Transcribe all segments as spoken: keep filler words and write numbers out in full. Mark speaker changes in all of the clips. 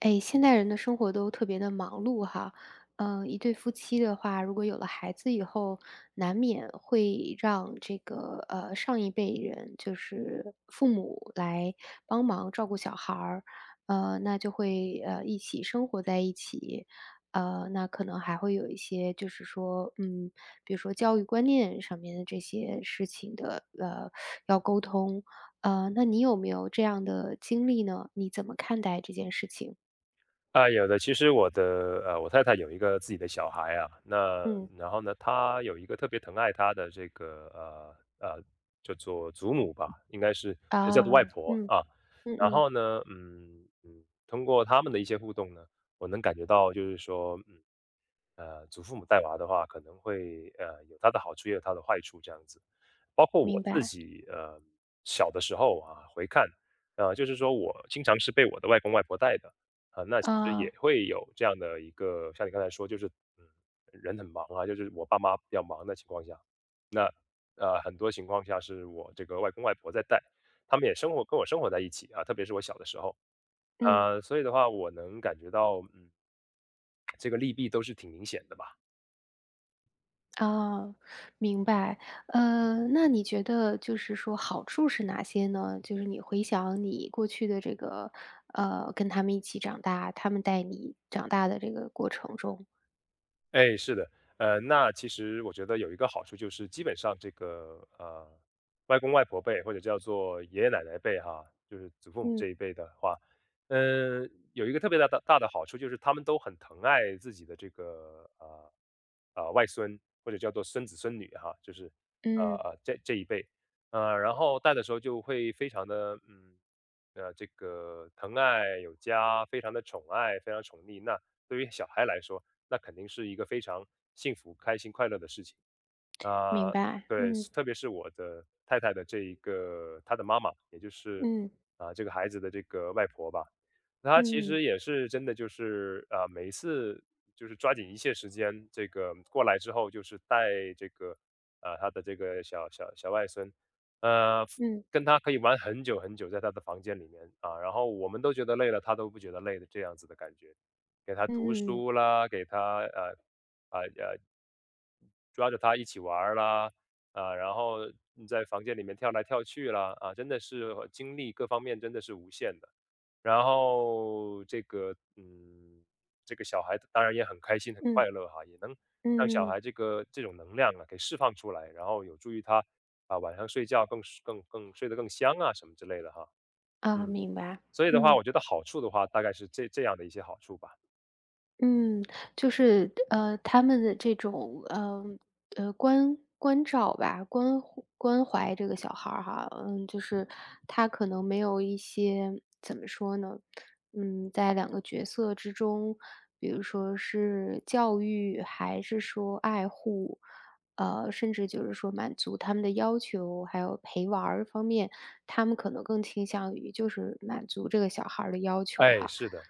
Speaker 1: 哎，现代人的生活都特别的忙碌哈。嗯，一对夫妻的话，如果有了孩子以后，难免会让这个呃上一辈人，就是父母来帮忙照顾小孩儿。呃，那就会呃一起生活在一起。呃，那可能还会有一些就是说，嗯，比如说教育观念上面的这些事情的呃要沟通。呃，那你有没有这样的经历呢？你怎么看待这件事情？
Speaker 2: 啊，有的。其实我的呃，我太太有一个自己的小孩啊，那
Speaker 1: 嗯。
Speaker 2: 然后呢，她有一个特别疼爱她的这个呃呃，叫做祖母吧，应该是呃叫做外
Speaker 1: 啊。
Speaker 2: 婆
Speaker 1: 嗯
Speaker 2: 啊。
Speaker 1: 嗯
Speaker 2: 然
Speaker 1: 嗯。
Speaker 2: 后呢，嗯嗯，通过他们的一些互动呢，我能感觉到就是说，嗯呃，祖父母带娃的话，可能会呃有它的好处，也有它的坏处，这样子。包括我
Speaker 1: 明
Speaker 2: 自
Speaker 1: 白。
Speaker 2: 己，呃，小的时候啊，回看，呃，就是说我经常是被我的外公外婆带的，啊，那其实
Speaker 1: 啊。
Speaker 2: 也会有这样的一个像你刚才说就是，嗯，人很忙啊，就是我爸妈比较忙的情况下，那，呃，很多情况下是我这个外公外婆在带，他们也生活跟我生活在一起啊，特别是我小的时候，
Speaker 1: 嗯。
Speaker 2: 呃，所以的话我能感觉到，嗯，这个利弊都是挺明显的吧。
Speaker 1: 啊。明白。呃，那你觉得就是说好处是哪些呢？就是你回想你过去的这个，呃，跟他们一起长大，他们带你长大的这个过程中。
Speaker 2: 哎，是的，呃，那其实我觉得有一个好处就是，基本上这个呃，外公外婆辈或者叫做爷爷奶奶辈哈，就是祖父母
Speaker 1: 嗯
Speaker 2: 这一辈的话，嗯、有一个特别大的大的好处就是他们都很疼爱自己的这个呃呃外孙或者叫做孙子孙女哈，就是呃
Speaker 1: 嗯。
Speaker 2: 呃这这一辈，呃，然后带的时候就会非常的嗯呃这个疼爱有加，非常的宠爱，非常宠溺。那对于小孩来说，那肯定是一个非常幸福、开心、快乐的事情。
Speaker 1: 明
Speaker 2: 啊、
Speaker 1: 白。
Speaker 2: 对，
Speaker 1: 嗯
Speaker 2: 特别是我的太太的这一个她的妈妈，也就是
Speaker 1: 嗯
Speaker 2: 啊、这个孩子的这个外婆吧，她其
Speaker 1: 嗯
Speaker 2: 实也是真的就是啊、每一次就是抓紧一切时间，这个过来之后就是带这个啊、她的这个小小小外孙，呃，
Speaker 1: 嗯
Speaker 2: 跟他可以玩很久很久，在他的房间里面啊，然后我们都觉得累了，他都不觉得累的这样子的感觉。给他读
Speaker 1: 嗯
Speaker 2: 书
Speaker 1: 嗯
Speaker 2: 啦，给他呃啊呃抓着他一起玩儿啦，啊，然后嗯在房间里面跳来跳去啦，啊，真的是呃精力各方面真的是无限的。然后这个嗯，这个小孩当然也很开心很
Speaker 1: 嗯
Speaker 2: 快乐哈，也能让
Speaker 1: 嗯
Speaker 2: 小
Speaker 1: 嗯。
Speaker 2: 孩这个这种能量啊给释放出来，然后有助于他啊晚上睡觉更更更睡得更香啊什么之类的哈，
Speaker 1: 啊，
Speaker 2: 嗯。
Speaker 1: 明白。
Speaker 2: 所以的话，
Speaker 1: 嗯。
Speaker 2: 我觉得好处的话，大概是这这样的一些好处吧。
Speaker 1: 嗯，就是，呃，他们的这种，呃，呃，关关照吧，关怀关怀这个小孩儿哈。嗯，就是他可能没有一些，怎么说呢？嗯，在两个角色之中，比如说是教育，还是说爱护，呃，甚至就是说满足他们的要求，还有陪玩儿方面，他们可能更倾向于就是满足这个小孩儿的要求
Speaker 2: 哎，
Speaker 1: 哈。
Speaker 2: 是的。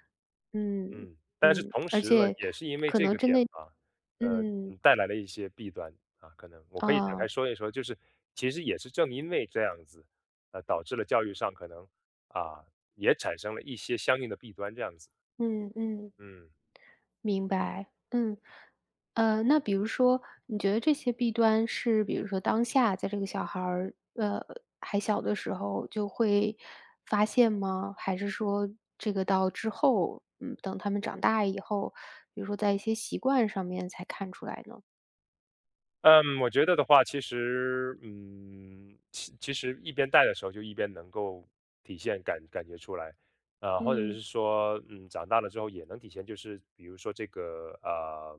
Speaker 1: 嗯。
Speaker 2: 嗯，但是
Speaker 1: 嗯，
Speaker 2: 同
Speaker 1: 而
Speaker 2: 时呢，
Speaker 1: 且
Speaker 2: 也是因为这个点吧，呃，
Speaker 1: 嗯，
Speaker 2: 嗯，带来了一些弊端啊，可能我可以展开
Speaker 1: 啊。
Speaker 2: 说一说，就是其实也是正因为这样子，呃，导致了教育上可能啊也产生了一些相应的弊端，这样子，
Speaker 1: 嗯嗯。
Speaker 2: 嗯。
Speaker 1: 明白。嗯，呃，那比如说，你觉得这些弊端是比如说当下在这个小孩儿，呃，还小的时候就会发现吗？还是说这个到之后，嗯，等他们长大以后，比如说在一些习惯上面才看出来呢？
Speaker 2: 嗯，我觉得的话，其实，嗯，其其实一边带的时候就一边能够体现感感觉出来，啊，或者是
Speaker 1: 嗯。
Speaker 2: 说，嗯，长大了之后也能体现，就是比如说这个，呃，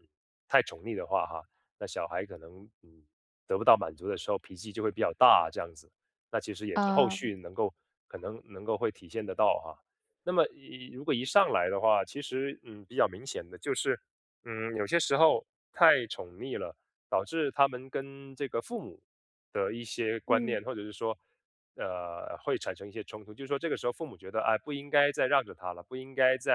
Speaker 2: 嗯太宠溺的话，哈，那小孩可能嗯得不到满足的时候，脾气就会比较大，这样子，那其实也是后
Speaker 1: 啊。
Speaker 2: 续能够可能能够会体现得到哈。那么一如果一上来的话，其实嗯比较明显的就是，嗯，有些时候太宠溺了。导致他们跟这个父母的一些观
Speaker 1: 嗯。
Speaker 2: 念，或者是说，呃，会产生一些冲突。就是说这个时候父母觉得，哎，不应该再让着他了，不应该再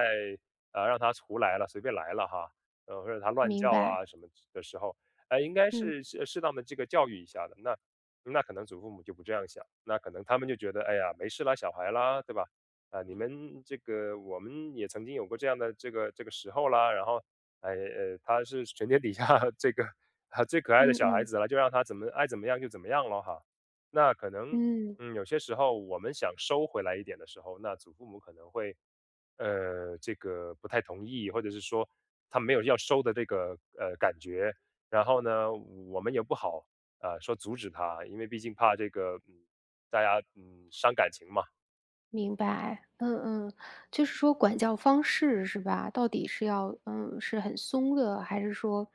Speaker 2: 呃让他胡来了，随便来了哈，呃，或者他乱
Speaker 1: 明
Speaker 2: 叫啊
Speaker 1: 白。
Speaker 2: 什么的时候，哎，应该
Speaker 1: 嗯。
Speaker 2: 是适适当的这个教育一下的。那那可能祖父母就不这样想，那可能他们就觉得，哎呀，没事啦，小孩啦，对吧？啊，你们这个我们也曾经有过这样的这个这个时候啦，然后哎，呃，他是全天底下 这个啊最可爱的
Speaker 1: 嗯
Speaker 2: 小孩
Speaker 1: 嗯。
Speaker 2: 子了，就让他怎么爱怎么样就怎么样了哈。那可能，
Speaker 1: 嗯。
Speaker 2: 嗯，有些时候我们想收回来一点的时候，那祖父母可能会，呃，这个不太同意，或者是说他没有要收的这个呃感觉。然后呢，我们也不好啊说阻止他，因为毕竟怕这个，嗯，大家嗯伤感情嘛。
Speaker 1: 明白。嗯嗯。就是说管教方式是吧？到底是要嗯是很松的，还是说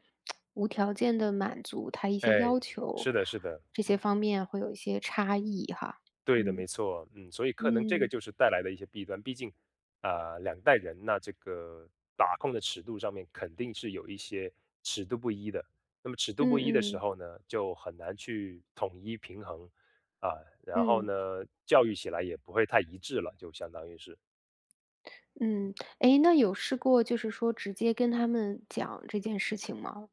Speaker 1: 无条件的满足他一
Speaker 2: 哎，
Speaker 1: 些要求，
Speaker 2: 是的，是的。
Speaker 1: 这些方面会有一些差异哈。
Speaker 2: 对的，没
Speaker 1: 嗯
Speaker 2: 错，嗯，所以可能这个
Speaker 1: 嗯
Speaker 2: 就是带来的一些弊端。毕竟，啊、两代人那这个把控的尺度上面肯定是有一些尺度不一的。那么尺度不
Speaker 1: 嗯
Speaker 2: 一的时
Speaker 1: 嗯
Speaker 2: 候呢，就很难去统一平衡啊、然后
Speaker 1: 嗯
Speaker 2: 呢，教育起来也不会太一致了，就相当于是。
Speaker 1: 嗯。哎，那有试过就是说直接跟他们讲这件事情吗？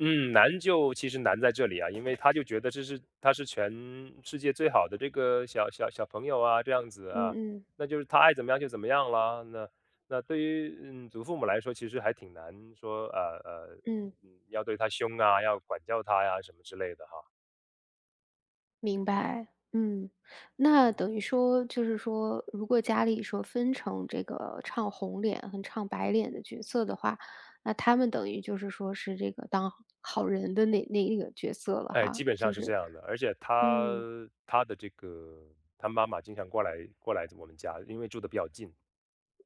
Speaker 2: 嗯，难就其实难在这里啊，因为他就觉得这是他是全世界最好的这个小小小朋友啊，这样子啊，
Speaker 1: 嗯嗯
Speaker 2: 那就是他爱怎么样就怎么样啦。那那对于嗯祖父母来说，其实还挺难说呃呃，
Speaker 1: 嗯。
Speaker 2: 嗯，要对他凶啊，要管教他呀什么之类的哈。
Speaker 1: 明白。嗯，那等于说就是说，如果家里说分成这个唱红脸和唱白脸的角色的话，那他们等于就是说是这个当好人的那那一个角色了
Speaker 2: 哎，基
Speaker 1: 哈，
Speaker 2: 本上
Speaker 1: 就
Speaker 2: 是这
Speaker 1: 是。
Speaker 2: 样的，而且他
Speaker 1: 嗯
Speaker 2: 他的这个他妈妈经常过来过来我们家，因为住的比较近。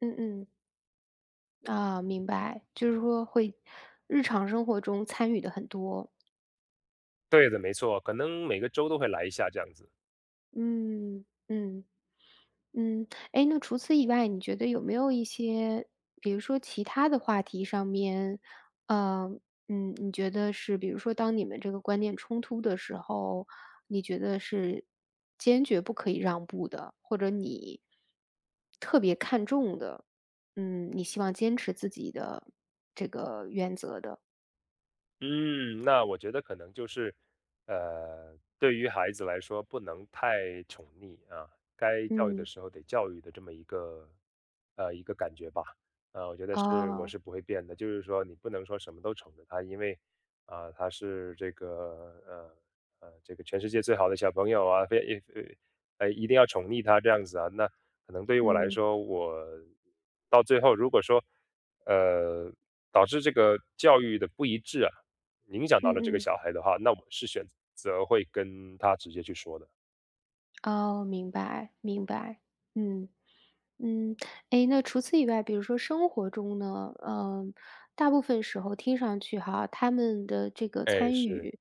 Speaker 1: 嗯嗯。啊，明白，就是说会日常生活中参与的很多。
Speaker 2: 对的，没错，可能每个周都会来一下这样子。
Speaker 1: 嗯嗯。嗯，哎，那除此以外，你觉得有没有一些，比如说其他的话题上面，呃，嗯，你觉得是，比如说当你们这个观念冲突的时候，你觉得是坚决不可以让步的，或者你特别看重的，嗯，你希望坚持自己的这个原则的。
Speaker 2: 嗯，那我觉得可能就是，呃，对于孩子来说，不能太宠溺啊，该教育的
Speaker 1: 嗯。
Speaker 2: 时候得教育的这么一个，呃，一个感觉吧。呃，我觉得是我
Speaker 1: 哦。
Speaker 2: 是不会变的，就是说你不能说什么都宠着他，因为啊，他是这个呃呃这个全世界最好的小朋友啊，非也呃一定要宠溺他这样子啊。那可能对于我来
Speaker 1: 嗯
Speaker 2: 说，我到最后如果说呃导致这个教育的不一致啊。影响到
Speaker 1: 嗯
Speaker 2: 了这个
Speaker 1: 嗯。
Speaker 2: 小孩的话，那我是选择会跟他直接去说的。
Speaker 1: 哦，明白明白。嗯。嗯，诶，那除此以外，比如说生活中呢，嗯，大部分时候听上去哈，他们的这个
Speaker 2: 哎，
Speaker 1: 参
Speaker 2: 是，
Speaker 1: 与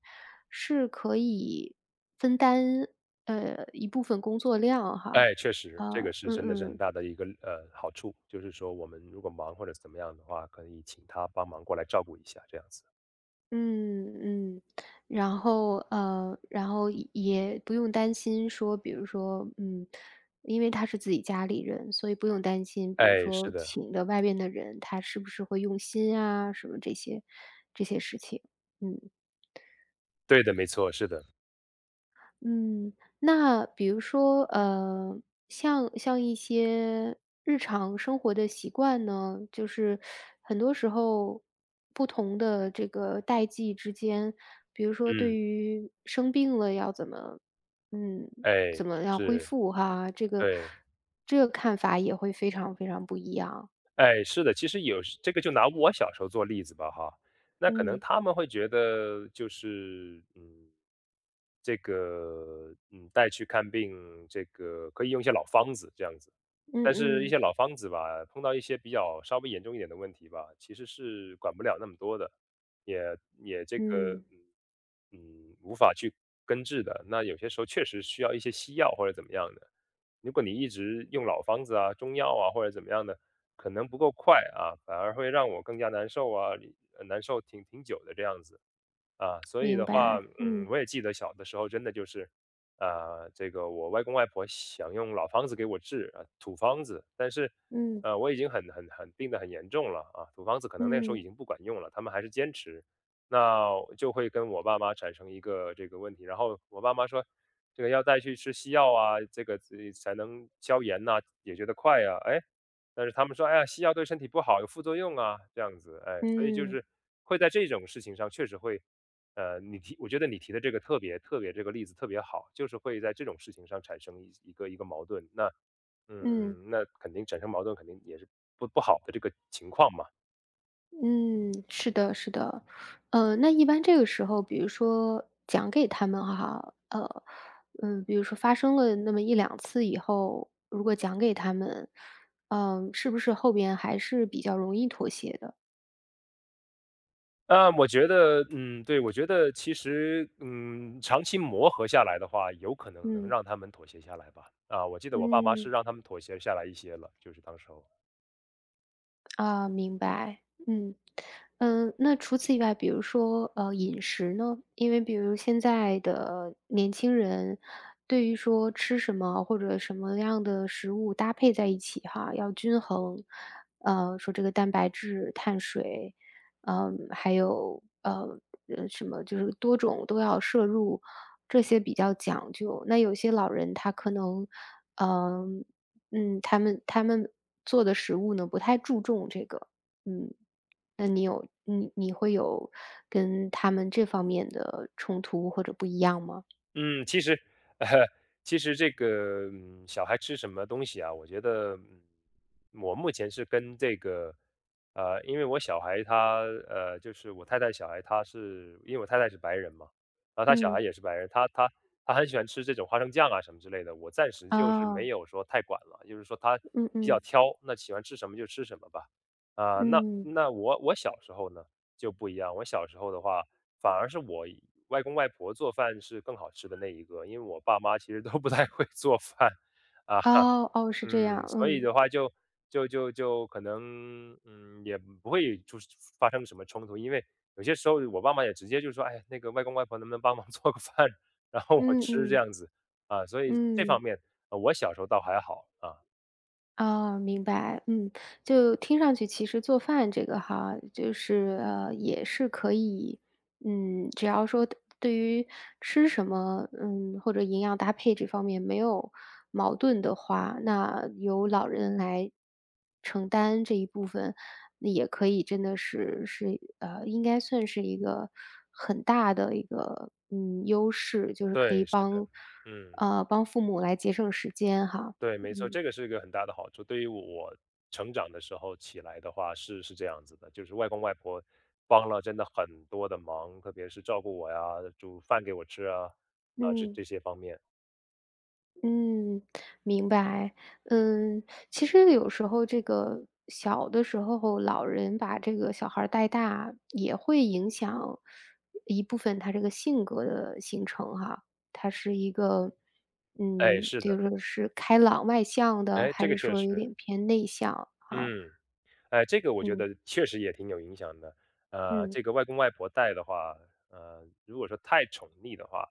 Speaker 1: 是可以分担，呃，一部分工作量哈。
Speaker 2: 哎，确实，这个
Speaker 1: 啊。
Speaker 2: 是
Speaker 1: 嗯
Speaker 2: 真的是很
Speaker 1: 嗯。
Speaker 2: 大的一个呃好处，就是说我们如果忙或者怎么样的话，可以请他帮忙过来照顾一下，这样子。
Speaker 1: 嗯嗯。然后呃，然后也也不用担心说，比如说，嗯，因为他是自己家里人，所以不用担心，比如
Speaker 2: 哎，是
Speaker 1: 说
Speaker 2: 的，
Speaker 1: 请的外边的人，他是不是会用心啊，什么这些这些事情。嗯。
Speaker 2: 对的，没错，是的，
Speaker 1: 嗯，那比如说，呃，像像一些日常生活的习惯呢，就是很多时候不同的这个代际之间，比如说对
Speaker 2: 嗯，
Speaker 1: 于生病了要怎么，嗯，
Speaker 2: 哎，
Speaker 1: 怎么样恢
Speaker 2: 是，
Speaker 1: 复哈，这个
Speaker 2: 对。
Speaker 1: 这个看法也会非常非常不一样。
Speaker 2: 哎，是的，其实有时这个就拿我小时候做例子吧，哈，那可能
Speaker 1: 嗯
Speaker 2: 他们会觉得就是，嗯，这个，嗯，带去看病，这个可以用一些老方子这样子，
Speaker 1: 嗯
Speaker 2: 但是一些
Speaker 1: 嗯
Speaker 2: 老方子吧，碰到一些比较稍微严重一点的问题吧，其实是管不了那么多的。也也这个
Speaker 1: 嗯。
Speaker 2: 嗯嗯无法去根治的。那有些时候确实需要一些西药或者怎么样的。如果你一直用老方子啊、中药啊或者怎么样的，可能不够快啊，反而会让我更加难受啊，呃难受挺挺久的这样子。啊，所以
Speaker 1: 明
Speaker 2: 的话，
Speaker 1: 白。
Speaker 2: 嗯，
Speaker 1: 嗯
Speaker 2: 我也记得小的时候真的就是，啊，这个我外公外婆想用老方子给我治啊，土方子，但是，
Speaker 1: 嗯
Speaker 2: 呃，我已经很很很病得很严重了啊，土方子可能那个时候已
Speaker 1: 嗯
Speaker 2: 经不管用了，他们还是坚持，那我就会跟我爸妈产生一个这个问题，然后我爸妈说，这个要带去吃西药啊，这个呃才能消炎呐、解决得快呀、哎，但是他们说，哎呀，西药对身体不好，有副作用啊，这样子，哎，所以就
Speaker 1: 嗯
Speaker 2: 是会在这种事情上确实会呃，你提我觉得你提的这个特别特别这个例子特别好，就是会在这种事情上产生一一个一个矛盾，那
Speaker 1: 嗯。
Speaker 2: 嗯，那肯定产生矛盾肯定也是不不好的这个情况嘛。
Speaker 1: 嗯，是的，是的。呃，那一般这个时候，比如说讲给他们哈，呃，嗯，比如说发生了那么一两次以后，如果讲给他们，嗯，是不是后边还是比较容易妥协的？
Speaker 2: 啊，我觉得，嗯，对，我觉得其实，嗯，长期磨合下来的话，有可能能
Speaker 1: 嗯。
Speaker 2: 让他们妥协下来吧。啊，我记得我爸妈是
Speaker 1: 嗯。
Speaker 2: 让他们妥协下来一些了，就是当时候。
Speaker 1: 啊，明白。嗯。嗯，那除此以外，比如说，呃，饮食呢？因为比如现在的年轻人，对于说吃什么或者什么样的食物搭配在一起哈，要均衡。呃，说这个蛋白质、碳水，嗯，还有呃呃什么，就是多种都要摄入，这些比较讲究。那有些老人他可能，嗯、嗯，他们他们做的食物呢，不太注重这个。嗯。那你有你你会有跟他们这方面的冲突或者不一样吗？
Speaker 2: 嗯，其实，呃，其实这个嗯小孩吃什么东西啊？我觉得，嗯，我目前是跟这个，呃，因为我小孩他，呃，就是我太太小孩，他是因为我太太是白人嘛，然后他小孩
Speaker 1: 嗯。
Speaker 2: 也是白人，他他他很喜欢吃这种花生酱啊什么之类的。我暂时就是没
Speaker 1: 啊。
Speaker 2: 有说太管了，就是说他
Speaker 1: 嗯
Speaker 2: 比较
Speaker 1: 嗯。
Speaker 2: 挑，那喜欢吃什么就吃什么吧。啊、那
Speaker 1: 嗯。
Speaker 2: 那我我小时候呢就不一样，我小时候的话。反而是我外公外婆做饭是更好吃的那一个，因为我爸妈其实都不太会做饭，啊，
Speaker 1: 哦。哦，是这
Speaker 2: 嗯，
Speaker 1: 样。
Speaker 2: 所以
Speaker 1: 嗯。
Speaker 2: 的话就就就就可能，嗯，也不会出发生什么冲突。因为有些时候我爸妈也直接就说："哎，那个外公外婆能不能帮忙做个饭，然后我
Speaker 1: 嗯
Speaker 2: 吃这
Speaker 1: 嗯。
Speaker 2: 样子。"啊，所以这
Speaker 1: 嗯。
Speaker 2: 方面，呃我小时候倒还好，啊，
Speaker 1: 哦，明白。嗯，就听上去其实做饭这个哈，就是呃，也是可以，嗯，只要说对于吃什么，嗯，或者营养搭配这方面没有矛盾的话，那由老人来承担这一部分，那也可以，真的是是呃，应该算是一个很大的一个嗯优势，就是可
Speaker 2: 对，
Speaker 1: 以
Speaker 2: 是的，
Speaker 1: 帮
Speaker 2: 嗯。
Speaker 1: 呃帮父母来节省时间哈。
Speaker 2: 对，没错，
Speaker 1: 嗯。
Speaker 2: 这个是一个很大的好处。对于我我成长的时候起来的话，是是这样子的，就是外公外婆帮了真的很多的忙，特别是照顾我呀，煮饭给我吃啊，啊，这
Speaker 1: 嗯。
Speaker 2: 这些方面。
Speaker 1: 嗯，明白。嗯，其实有时候这个小的时候，老人把这个小孩儿带大，也会影响一部分他这个性格的形成哈。他是一个，
Speaker 2: 哎，
Speaker 1: 嗯，
Speaker 2: 是
Speaker 1: 比
Speaker 2: 的，
Speaker 1: 如说是开朗外向的，
Speaker 2: 哎，
Speaker 1: 还
Speaker 2: 这个
Speaker 1: 是
Speaker 2: 确
Speaker 1: 说有
Speaker 2: 实，
Speaker 1: 点偏内向哈。
Speaker 2: 嗯，哎，这个我觉
Speaker 1: 嗯
Speaker 2: 得确实也挺有影响的。呃，
Speaker 1: 嗯
Speaker 2: 这个外公外婆带的话，呃，如果说太宠溺的话，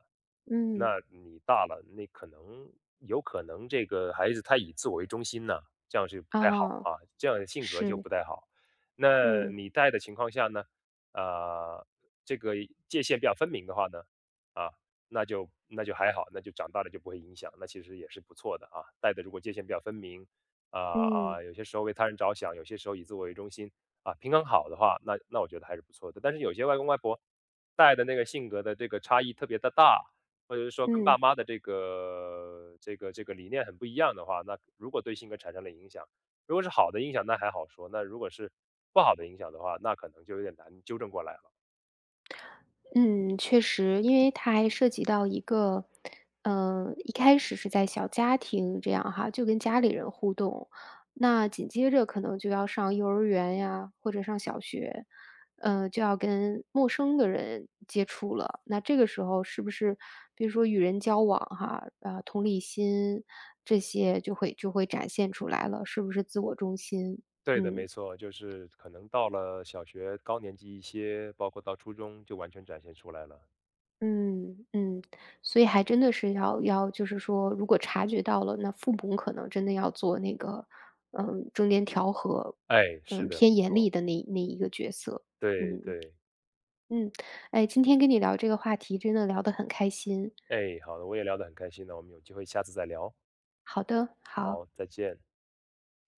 Speaker 1: 嗯。
Speaker 2: 那你大了，那可能有可能这个孩子他以自我为中心呢，这样是不太好
Speaker 1: 啊。
Speaker 2: 啊，这样的性格就
Speaker 1: 是。
Speaker 2: 不太好。那
Speaker 1: 嗯
Speaker 2: 你带的情况下呢，呃，这个界限比较分明的话呢，啊，那就那就还好，那就长大了就不会影响，那其实也是不错的啊。带的如果界限比较分明，啊、
Speaker 1: 嗯
Speaker 2: 啊，有些时候为他人着想，有些时候以自我为中心啊，平衡好的话，那那我觉得还是不错的。但是有些外公外婆带的那个性格的这个差异特别的大或者是说跟爸
Speaker 1: 嗯。
Speaker 2: 妈的这个这个这个理念很不一样的话，那如果对性格产生了影响，如果是好的影响，那还好说；那如果是不好的影响的话，那可能就有点难纠正过来了。
Speaker 1: 嗯，确实，因为它还涉及到一个，嗯，一开始是在小家庭这样哈，就跟家里人互动，那紧接着可能就要上幼儿园呀，或者上小学，嗯，就要跟陌生的人接触了。那这个时候是不是，比如说与人交往哈，啊，同理心这些就会就会展现出来了，是不是自我中心？
Speaker 2: 对的，
Speaker 1: 嗯。
Speaker 2: 没错，就是可能到了小学高年级一些，包括到初中就完全展现出来了。
Speaker 1: 嗯嗯。所以还真的是要要就是说，如果察觉到了，那父母可能真的要做那个，嗯，中间调和，
Speaker 2: 哎，是
Speaker 1: 嗯，
Speaker 2: 的，不
Speaker 1: 偏严
Speaker 2: 错，
Speaker 1: 厉的那那一个角色。
Speaker 2: 对
Speaker 1: 嗯
Speaker 2: 对，
Speaker 1: 嗯。哎，今天跟你聊这个话题，真的聊得很开心。
Speaker 2: 哎，好的，我也聊得很开心呢，我们有机会下次再聊，
Speaker 1: 好的，
Speaker 2: 好，
Speaker 1: 好。
Speaker 2: 再见。